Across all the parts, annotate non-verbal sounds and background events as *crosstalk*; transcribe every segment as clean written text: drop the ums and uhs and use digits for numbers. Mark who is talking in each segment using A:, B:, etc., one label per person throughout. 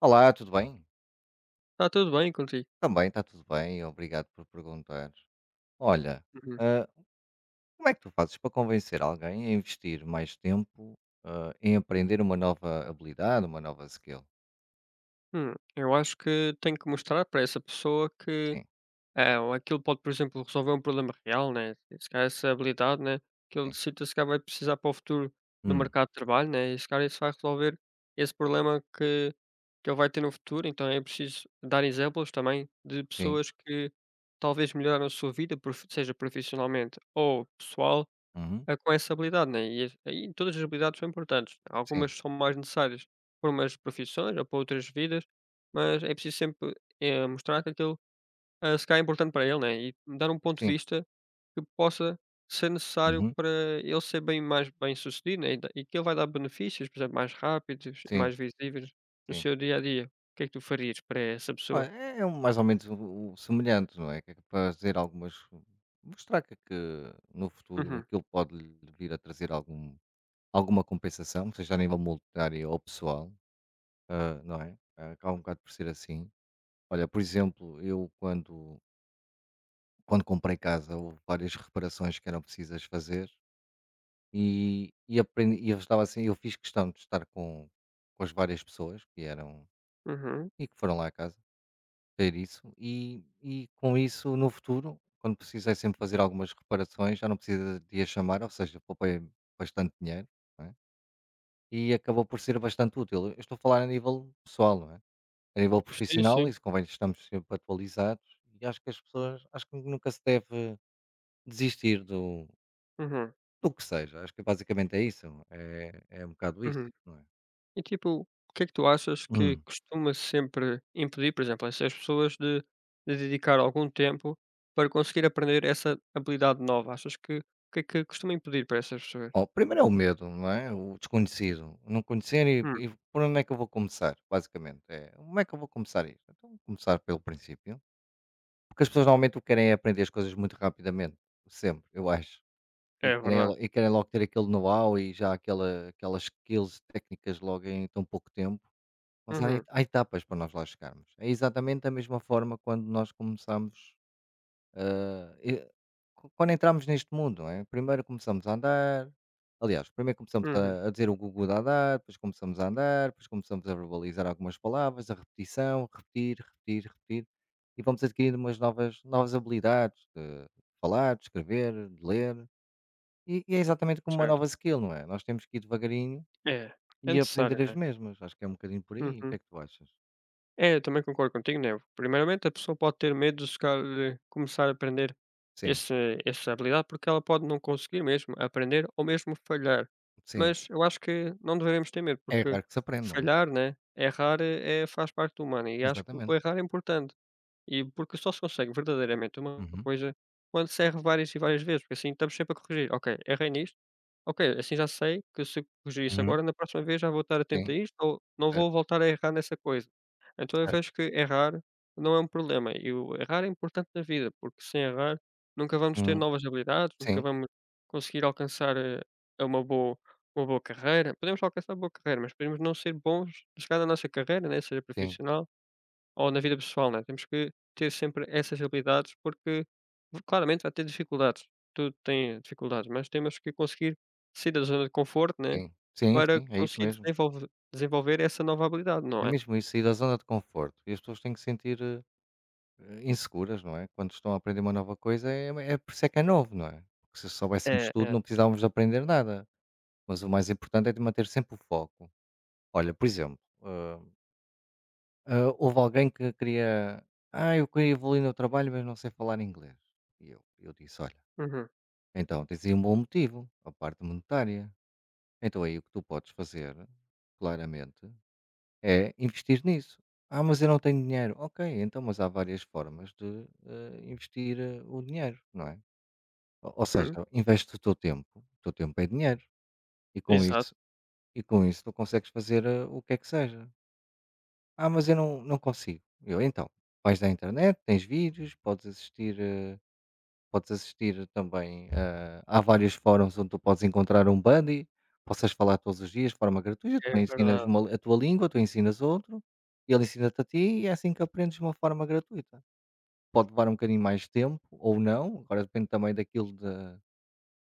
A: Olá, tudo bem?
B: Está tudo bem contigo?
A: Também está tudo bem, obrigado por perguntar. Olha,
B: Uhum.
A: ah, como é que tu fazes para convencer alguém a investir mais tempo, em aprender uma nova habilidade, uma nova skill?
B: Eu acho que tenho que mostrar para essa pessoa que
A: Sim,
B: é aquilo pode, por exemplo, resolver um problema real, né? Se calhar essa habilidade, né? Que ele
A: sim.
B: decida se calhar vai precisar para o futuro do
A: Hum,
B: mercado de trabalho, né? E se calhar isso vai resolver esse problema que ele vai ter no futuro. Então é preciso dar exemplos também de
A: sim.
B: pessoas que talvez melhoraram a sua vida, seja profissionalmente ou pessoal.
A: Uhum.
B: É com essa habilidade, né, e as aí todas as habilidades são importantes.
A: Sim,
B: Algumas são mais necessárias para umas profissões ou para outras vidas, mas é preciso sempre, mostrar que aquilo, ah, se calhar é importante para ele, né, e dar um ponto de
A: sim.
B: vista que possa ser necessário
A: Uhum.
B: para ele ser bem mais bem-sucedido, né, e que ele vai dar benefícios, por exemplo, mais rápidos e
A: Sim,
B: mais visíveis no
A: sim.
B: seu dia a dia. O que é que tu farias para essa
A: Olha,
B: pessoa?
A: é um, mais ou menos o semelhante, não é? Que é fazer algumas. Mostrar que no futuro
B: Uhum,
A: aquilo pode lhe vir a trazer alguma compensação, seja a nível monetário ou pessoal. Ah, não é? Ah, acaba um bocado por ser assim. Olha, por exemplo, eu quando comprei casa, houve várias reparações que eram precisas fazer e aprendi, e eu estava assim, eu fiz questão de estar com as várias pessoas que eram
B: uhum.
A: e que foram lá a casa ter isso e com isso no futuro, quando precisei sempre fazer algumas reparações, já não precisa de a chamar, ou seja, poupei bastante dinheiro, não é? E acabou por ser bastante útil. Eu estou a falar a nível pessoal, não é? A nível
B: Sim,
A: profissional,
B: sim.
A: isso convém que estamos sempre atualizados e acho que as pessoas acho que nunca se deve desistir do
B: Uhum,
A: do que seja, acho que basicamente é isso, é um bocado isso,
B: uhum.
A: não é?
B: E tipo, o que é que tu achas que
A: Hum.
B: costuma sempre impedir, por exemplo, essas pessoas de dedicar algum tempo para conseguir aprender essa habilidade nova? Achas que o que é que costuma impedir para essas pessoas?
A: Oh, primeiro é o medo, não é? O desconhecido, não conhecer e
B: Hum,
A: e por onde é que eu vou começar, basicamente, é: "Como é que eu vou começar isto?". Então vou começar pelo princípio, porque as pessoas normalmente o que querem é aprender as coisas muito rapidamente, sempre, eu acho,
B: é verdade.
A: e querem logo ter aquele know-how e já aquelas skills técnicas logo em tão pouco tempo. Passar em
B: Uhum,
A: há etapas para nós lá chegarmos. É exatamente a mesma forma quando nós começamos, e qu quando entramos neste mundo, não é? Primeiro começamos a andar, aliás, primeiro começamos
B: uhum,
A: a dizer o gugu da andar, depois começamos a andar, depois começamos a verbalizar algumas palavras, a repetição, repetir, repetir, repetir, e vamos adquirindo umas novas novas habilidades de falar, de escrever, de ler, e é exatamente como uma
B: certo.
A: nova skill, não é? Nós temos que ir devagarinho
B: É, é
A: e
B: necessário,
A: aprender as
B: né?
A: mesmas. Acho que é um bocadinho por aí. O que é
B: Uhum.
A: que tu achas?
B: É, eu também concordo contigo, né. Primeiramente, a pessoa pode ter medo de se calhar de começar a aprender
A: Sim.
B: esse essa habilidade, porque ela pode não conseguir mesmo aprender ou mesmo falhar.
A: Sim,
B: Mas eu acho que não devemos ter medo,
A: é
B: porque
A: raro que se aprende, não é?
B: falhar, né, errar faz parte do humano e acho que
A: Exatamente.
B: o errar é importante. E porque só se consegue verdadeiramente uma
A: Uhum,
B: coisa quando se erra várias e várias vezes, porque assim estamos sempre a corrigir. Ok, errei nisto. Ok, assim já sei que se eu corrigir isso
A: uhum,
B: agora, na próxima vez já vou estar atento
A: sim,
B: a isto ou não
A: certo,
B: vou voltar a errar nessa coisa. Então eu
A: certo.
B: vejo que errar não é um problema e o errar é importante na vida, porque sem errar nunca vamos ter
A: Hum,
B: novas habilidades, nunca
A: sim,
B: vamos conseguir alcançar uma boa, uma boa carreira. Podemos alcançar uma boa carreira, mas podemos não ser bons chegar na nossa carreira, né, seja
A: sim,
B: profissional ou na vida pessoal, né, temos que ter sempre essas habilidades, porque claramente vai ter dificuldades, tudo tem dificuldades, mas temos que conseguir sair da zona de conforto, né,
A: sim. Sim,
B: para
A: sim, é isso
B: conseguir
A: mesmo.
B: desenvolver essa nova habilidade, não
A: É
B: é?
A: mesmo isso, sair da zona de conforto. E as pessoas têm que se sentir, inseguras, não é? Quando estão a aprender uma nova coisa, por isso é que é novo, não é? Porque se soubéssemos
B: É,
A: tudo,
B: é.
A: não precisávamos de aprender nada. Mas o mais importante é de manter sempre o foco. Olha, por exemplo, houve alguém que queria: "Ah, eu queria evoluir no trabalho, mas não sei falar inglês". E eu disse: "Olha".
B: Uhum,
A: Então, tens aí um bom motivo, a parte monetária. Então aí o que tu podes fazer, claramente, é investir nisso. Ah, mas eu não tenho dinheiro. Ok, então, mas há várias formas de investir o dinheiro, não é? Ou seja,
B: uhum.
A: investe o teu tempo é dinheiro, e com
B: Exato,
A: isso, e com isso tu consegues fazer o que é que seja. Ah, mas eu não, não consigo. Eu, então, vais da internet, tens vídeos, podes assistir. Podes assistir também, há vários fóruns onde tu podes encontrar um buddy, possas falar todos os dias de forma gratuita, tu
B: é
A: ensinas
B: verdade.
A: uma a tua língua, tu ensinas outro, ele ensina-te a ti e é assim que aprendes de uma forma gratuita. Pode levar um bocadinho mais tempo ou não, agora depende também daquilo da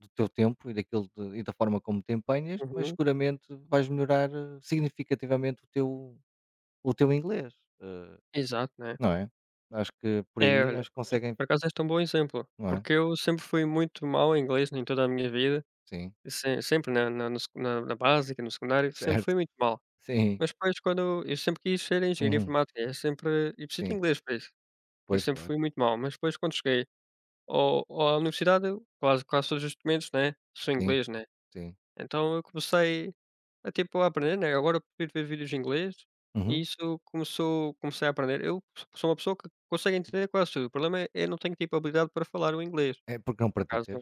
A: do teu tempo e daquilo de e da forma como te empenhas, mas
B: Uhum,
A: seguramente vais melhorar, significativamente o teu inglês, eh,
B: exato, né.
A: não é? Acho que por
B: É,
A: aí,
B: olha,
A: acho que
B: e
A: conseguem
B: por acaso és um bom exemplo,
A: não é?
B: porque eu sempre fui muito mal em inglês, né, em toda a minha vida,
A: Sim,
B: e se sempre na básica, no secundário, sempre fui
A: certo.
B: muito mal.
A: Sim.
B: Mas depois quando eu sempre quis ser engenheiro
A: Uhum.
B: informática, eu sempre e preciso de
A: Sim,
B: inglês para isso, eu
A: pois
B: sempre
A: claro.
B: fui muito mal, mas depois quando cheguei ao à universidade, eu quase quase todos os documentos, né, são em
A: Sim,
B: inglês, né,
A: sim.
B: então eu comecei a, tipo, a aprender, né, agora eu prefiro ver vídeos em inglês, e
A: Uhum.
B: isso começou comecei a aprender. Eu sou uma pessoa que consegue entender quase tudo, o problema é eu não tenho, tipo, habilidade para falar o inglês,
A: É porque não
B: por acaso,
A: praticas?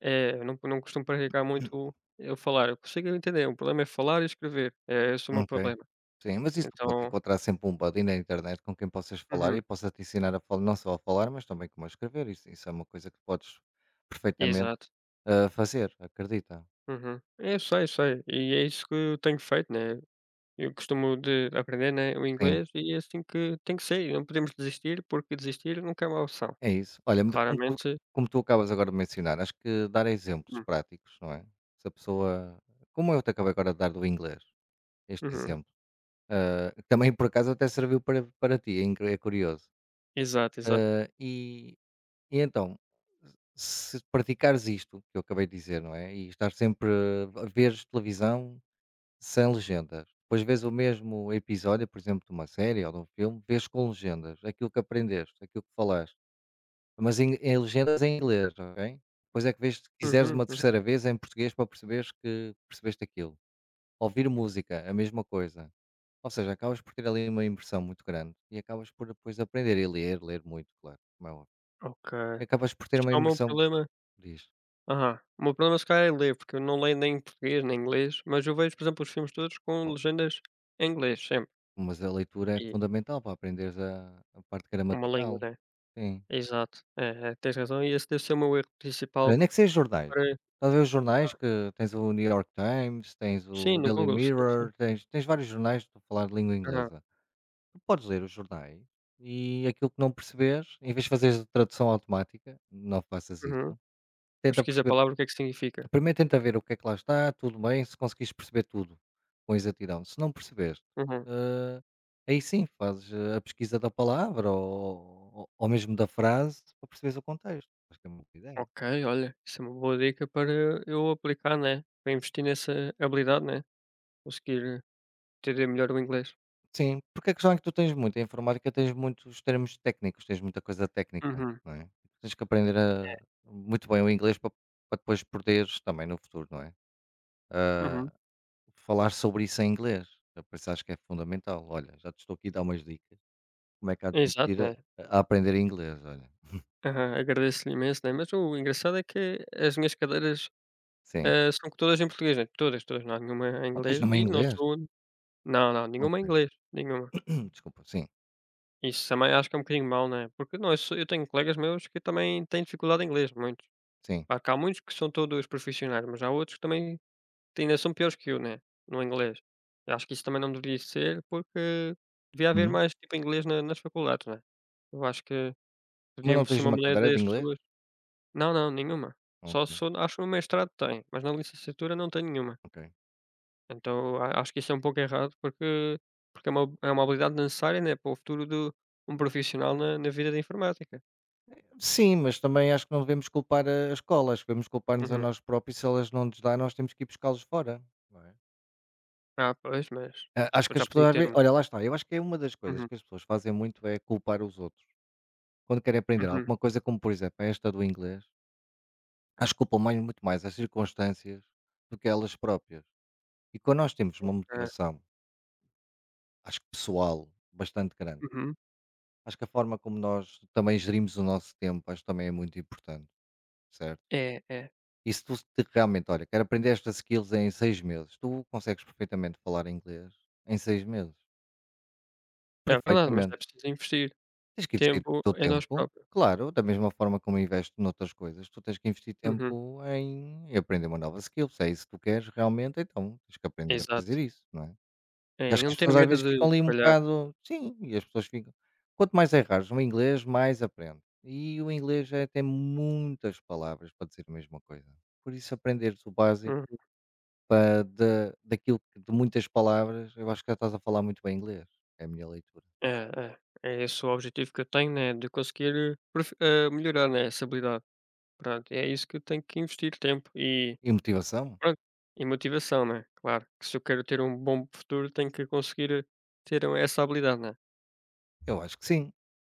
B: é, eu não costumo praticar
A: Hum.
B: muito eu falar, eu consigo entender, o problema é falar e escrever, é esse é o meu
A: Ok.
B: problema,
A: Sim, mas isso tu podes
B: então
A: encontrar sempre um buddy na internet com quem possas falar e
B: uhum.
A: possa te ensinar a falar, não só a falar, mas também como a escrever. Isso é uma coisa que podes perfeitamente
B: Exato.
A: fazer, acredita.
B: Uhum. É, eu sei, sei. E é isso que eu tenho feito, né. Eu costumo de aprender, né, o
A: Sim,
B: inglês e é assim que tem que ser, não podemos desistir, porque desistir nunca é uma opção.
A: é isso. Olha, mas
B: Claramente.
A: como tu acabas agora de mencionar, acho que dar exemplos
B: Hum,
A: práticos, não é? Se a pessoa. Como eu te acabei agora de dar do inglês, este
B: uhum.
A: exemplo. Também por acaso até serviu para ti, é curioso.
B: Exato, exato.
A: Ah, e, então, se praticares isto que eu acabei de dizer, não é? E estar sempre a ver televisão sem legendas. Depois vês o mesmo episódio, por exemplo, de uma série ou de um filme, vês com legendas, aquilo que aprendeste, aquilo que falaste, mas em legendas é em inglês, ok? Depois é que vês, se quiseres
B: Uhum,
A: uma
B: uhum.
A: terceira vez, em português para perceberes que percebeste aquilo. Ouvir música, a mesma coisa. Ou seja, acabas por ter ali uma imersão muito grande e acabas por depois aprender e ler, ler muito, claro, como é óbvio.
B: Ok.
A: E
B: Acho
A: acabas por ter uma
B: que é o meu
A: imersão.
B: problema,
A: Diz.
B: aham. O meu problema, se calhar, é ler, porque eu não leio nem em português, nem em inglês, mas eu vejo, por exemplo, os filmes todos com
A: Oh,
B: legendas em inglês sempre,
A: mas a leitura é
B: e
A: fundamental para aprenderes a parte
B: uma língua,
A: gramatical.
B: né.
A: Sim.
B: Exato. É, é, tens razão, e esse deve ser o meu erro
A: Olha,
B: principal
A: nem que seja jornais.
B: para
A: Estás a ver os jornais
B: ah,
A: que tens o New York Times, tens
B: sim,
A: o
B: no
A: Daily
B: Google, sim,
A: Mirror,
B: sim.
A: tens vários jornais, estou falar de língua
B: Aham,
A: inglesa. Tu podes ler os jornais e aquilo que não perceberes, em vez de fazeres a tradução automática, não faças
B: uhum.
A: isso, tenta
B: Mas a
A: perceber.
B: palavra o que é que significa?
A: Primeiro tenta ver o que é que lá está, tudo bem, se conseguires perceber tudo com exatidão. Se não perceberes,
B: Uhum.
A: eh, aí sim fazes a pesquisa da palavra ou mesmo da frase para perceberes o contexto. Acho que é uma boa ideia.
B: Ok, olha, isso é uma boa dica para eu aplicar, né, para investir nessa habilidade, né, conseguir entender melhor o inglês.
A: Sim, porque a questão é que tu tens muito, em informática tens muitos termos técnicos, tens muita coisa técnica,
B: Uhum,
A: não é? Tens que aprender muito bem o inglês para depois poderes também no futuro, não é?
B: uhum.
A: Falar sobre isso em inglês, eu penso, acho que é fundamental. Olha, já te estou aqui a dar umas dicas. Como é que há de
B: Exato,
A: investir
B: né.
A: a aprender inglês, olha.
B: Aham, agradeço-lhe imenso, né, mas o engraçado é que as minhas cadeiras,
A: Sim.
B: são todas em português, né, todas, todas, não há nenhuma em
A: Não tens
B: inglês
A: nenhuma em
B: e não
A: inglês?
B: sou. Não, não, nenhuma
A: Ok.
B: em inglês, nenhuma.
A: *clears throat* Desculpa, sim,
B: Isso também acho que é um bocadinho mau, né, porque eu tenho colegas meus que também têm dificuldade em inglês, muitos.
A: sim.
B: Claro que há muitos que são todos profissionais, mas há outros que também te ainda são piores que eu, né, no inglês. Eu acho que isso também não deveria ser, porque devia haver
A: Uhum.
B: mais, tipo, inglês na nas faculdades, né. Eu acho que
A: Mas não
B: podíamos
A: tens
B: ser uma
A: nenhuma
B: maneira
A: cadeira de
B: das
A: inglês?
B: pessoas. Não, não, nenhuma. Só
A: Ok,
B: se for, acho que no mestrado tem, mas na licenciatura não tem nenhuma.
A: ok.
B: Então a acho que isso é um pouco errado, porque é uma habilidade necessária, né, para o futuro de um profissional na vida da informática.
A: Sim, mas também acho que não devemos culpar a escola, acho que devemos culpar-nos a
B: Uhum.
A: nós próprios, se elas não nos dão. Nós temos que ir buscá-los fora, não é?
B: Ah, pois, mas
A: Ah, acho que
B: mas
A: as
B: já
A: pessoas
B: podia
A: às
B: ter
A: ve
B: um
A: olha, lá está, eu acho que é uma das coisas
B: uhum,
A: que as pessoas fazem muito é culpar os outros. Quando querem aprender
B: uhum,
A: alguma coisa, como por exemplo esta do inglês, acho que culpam mais muito mais as circunstâncias do que elas próprias. E quando nós temos uma
B: é,
A: motivação. Acho que pessoal, bastante grande.
B: uhum.
A: Acho que a forma como nós também gerimos o nosso tempo, acho que também é muito importante, certo?
B: É, é.
A: E se tu realmente, olha, quero aprender estas skills em seis meses, tu consegues perfeitamente falar inglês em seis meses.
B: É verdade, mas
A: Perfeitamente.
B: é preciso investir
A: Tens que investir
B: tempo
A: o teu
B: em nós
A: tempo,
B: próprios.
A: claro, da mesma forma como investes noutras coisas, tu tens que investir
B: Uhum.
A: tempo em aprender uma nova skill. Se é isso que tu queres realmente, então tens que aprender a fazer
B: Exato.
A: isso, não é? E
B: É, e
A: acho que
B: não
A: as
B: ter
A: pessoas às
B: medo
A: vezes ficam
B: de
A: ali um
B: falhar.
A: bocado sim, e as pessoas ficam quanto mais errares no inglês, mais aprendes. E o inglês tem muitas palavras para dizer a mesma coisa. Por isso aprenderes o básico
B: Uhum.
A: pa da daquilo que de muitas palavras, eu acho que já estás a falar muito bem inglês, é a minha leitura.
B: É, é. É esse o objetivo que eu tenho, né, de conseguir, melhorar, né, essa habilidade. Pronto, é isso que eu tenho que investir tempo e
A: E motivação?
B: pronto, e motivação, né, claro, que se eu quero ter um bom futuro, tenho que conseguir ter essa habilidade, né.
A: Eu acho que sim.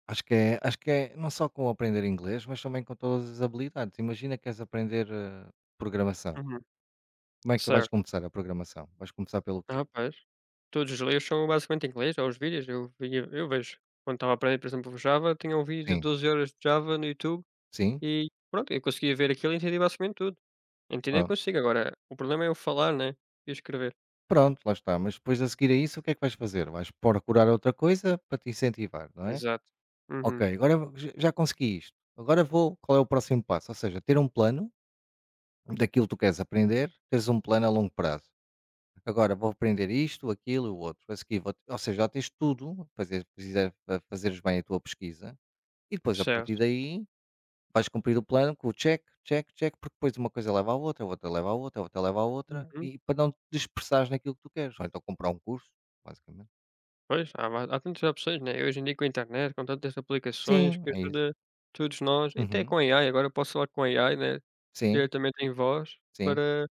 A: Acho que é não só com aprender inglês, mas também com todas as habilidades. Imagina que queres aprender, programação.
B: Uhum.
A: Como é que tu vais
B: Certo.
A: começar a programação? Vais começar pelo quê?
B: Ah, pois. Todos os livros são basicamente em inglês, ou os vídeos, eu vejo. Quando estava a aprender, por exemplo, Java, tinha um vídeo de
A: Sim,
B: 12 horas de Java no YouTube
A: sim?
B: e pronto, eu conseguia ver aquilo e entendi basicamente tudo. Entender eu consigo, agora o problema é eu falar, né, e escrever.
A: Pronto, lá está. Mas depois a seguir a isso, o que é que vais fazer? Vais procurar outra coisa para te incentivar, não é?
B: Exato. Uhum.
A: Ok, agora já consegui isto. Agora vou. Qual é o próximo passo? Ou seja, ter um plano daquilo que tu queres aprender, teres um plano a longo prazo. Agora vou aprender isto, aquilo e o outro. A seguir, vou, ou seja, já tens tudo, fazer, precisa, fazeres bem a tua pesquisa e depois a partir
B: Certo.
A: daí vais cumprir o plano com o check, check, check, porque depois uma coisa leva à outra, a outra leva à outra, a outra leva à outra
B: Uhum.
A: e para não te dispersares naquilo que tu queres. Ou então comprar um curso, basicamente.
B: Pois, há tantas opções, né, hoje em dia com a internet, com tantas aplicações
A: Sim,
B: que
A: é isso.
B: ajuda todos nós, e até
A: Uhum.
B: com a AI, agora eu posso falar com a AI, né,
A: Sim,
B: diretamente em voz
A: sim,
B: para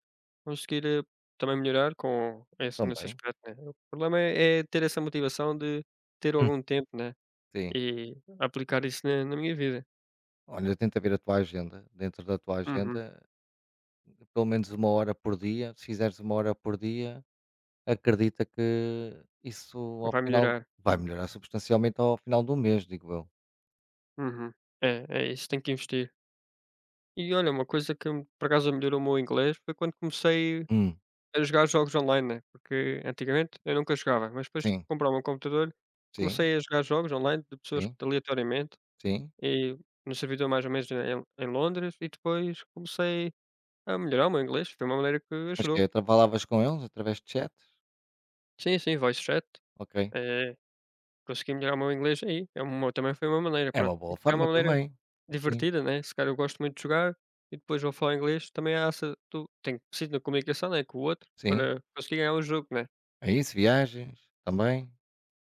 B: conseguir, também melhorar com esse nesse
A: também.
B: aspecto, né. O problema é é ter essa motivação de ter
A: Hum,
B: algum tempo, né,
A: sim.
B: e aplicar isso na minha vida.
A: Olha, tenta ver a tua agenda. Dentro da tua
B: Uhum.
A: agenda, pelo menos uma hora por dia. Se fizeres uma hora por dia, acredita que isso ao
B: Vai
A: final
B: melhorar.
A: vai melhorar substancialmente ao final do mês, digo eu.
B: Uhum. É, é isso, tem que investir. E olha, uma coisa que me por acaso melhorou o meu inglês foi quando comecei
A: Hum,
B: a jogar jogos online, né, porque antigamente eu nunca jogava, mas depois de
A: sim,
B: comprar o computador,
A: sim,
B: comecei a jogar jogos online de pessoas que
A: sim,
B: aleatoriamente,
A: sim.
B: e no servidor mais ou menos em Londres, e depois comecei a melhorar o meu inglês, foi uma maneira que
A: Mas que
B: ajudou.
A: é, falavas com eles através de chat?
B: Sim, sim, voice chat,
A: Ok.
B: eh, consegui melhorar o meu inglês aí, é uma também foi uma maneira,
A: É
B: pronto.
A: uma
B: E
A: boa
B: se calhar é
A: forma
B: uma maneira
A: também. Sim,
B: divertida, né, se calhar eu gosto muito de jogar e depois vou falar inglês, também há essa tu tenho que preciso da comunicação, né, com o outro
A: sim.
B: para conseguir ganhar o jogo, né.
A: É isso, viagens, também.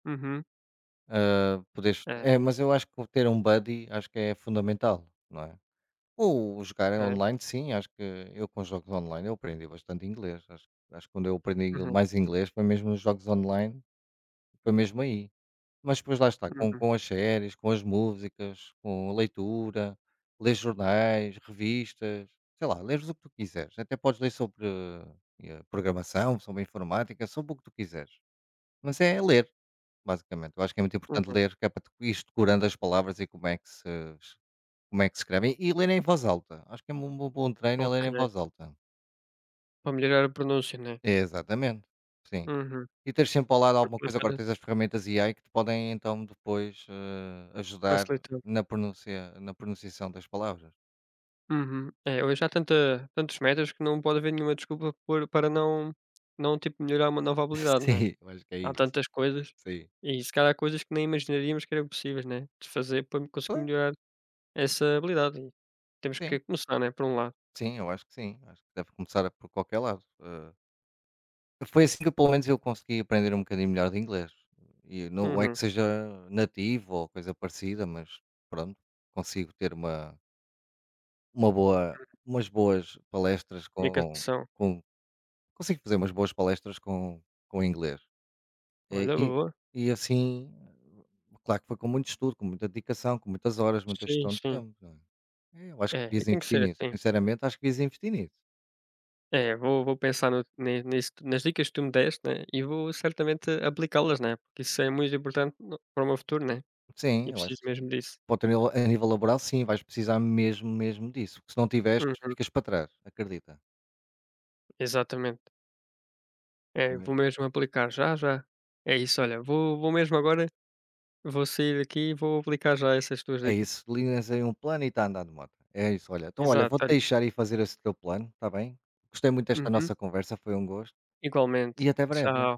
B: Uhum.
A: Ah, poderes
B: É,
A: é, mas eu acho que ter um buddy acho que é fundamental, não é? Ou jogar
B: ok.
A: online, sim, acho que eu com jogos online eu aprendi bastante inglês. Acho que quando eu aprendi
B: Uhum,
A: mais inglês foi mesmo nos jogos online, foi mesmo aí. Mas depois lá está,
B: uhum,
A: com as séries, com as músicas, com a leitura, ler jornais, revistas, sei lá, leres o que tu quiseres. Até podes ler sobre programação, sobre informática, sobre o que tu quiseres. Mas é ler. Basicamente, eu acho que é muito importante
B: uhum.
A: ler, que é para tu ires decorando as palavras e como é que se escrevem e ler em voz alta. Acho que é um bo bom treino é ler
B: Ok.
A: em voz alta.
B: Para melhorar a pronúncia, né.
A: Exatamente, sim.
B: Uhum.
A: E tens sempre ao lado alguma
B: Porque
A: coisa, agora
B: cada
A: tens as ferramentas AI que te podem então depois, ajudar
B: Facilitou.
A: na pronunciação das palavras.
B: Uhum. É, hoje há tanta tantos metas que não pode haver nenhuma desculpa por para não, tipo, melhorar uma nova
A: *laughs*
B: habilidade, né.
A: Sim, eu acho que é
B: Há
A: isso,
B: tantas coisas,
A: sim.
B: e se calhar há coisas que nem imaginaríamos que eram possíveis, né, de fazer para conseguir
A: Pois,
B: melhorar essa habilidade e temos
A: sim,
B: que começar, né, por um lado.
A: sim, eu acho que sim, acho que deve começar por qualquer lado. Foi assim que pelo menos eu consegui aprender um bocadinho melhor de inglês. E não é
B: Uhum.
A: que seja nativo ou coisa parecida, mas pronto, consigo ter uma, boa, umas boas palestras com,
B: Comunicação.
A: com consigo fazer umas boas palestras com inglês. E,
B: Olha, boa.
A: e assim, claro que foi com muito estudo, com muita dedicação, com muitas horas, muita
B: Sim,
A: gestão de
B: sim.
A: tempo. Não é? É, eu acho que
B: É, e
A: devias
B: tem que
A: investir
B: ser
A: nisso.
B: assim.
A: Sinceramente, acho que devias investir nisso.
B: É, vou pensar no ne nisso, nas dicas que tu me deste, né, e vou certamente aplicá-las, né, porque isso é muito importante no para o meu futuro, né,
A: Sim,
B: e
A: eu acho
B: preciso
A: que sim.
B: mesmo disso.
A: Ponto a nível laboral sim, vais precisar mesmo, mesmo disso, porque se não tiveres,
B: Uhum,
A: ficas para trás, acredita.
B: exatamente. É, vou
A: Mesmo.
B: mesmo aplicar já, já. É isso, olha, vou mesmo agora, vou sair daqui e vou aplicar já essas tuas
A: É
B: dicas.
A: isso, linhas aí um plano e está a andar de moto. É isso, olha, então olha, vou-te
B: Exato, olha.
A: deixar e fazer esse teu plano, está bem? Gostei muito desta
B: Uhum.
A: nossa conversa, foi um gosto,
B: Igualmente.
A: e até breve.
B: Tchau.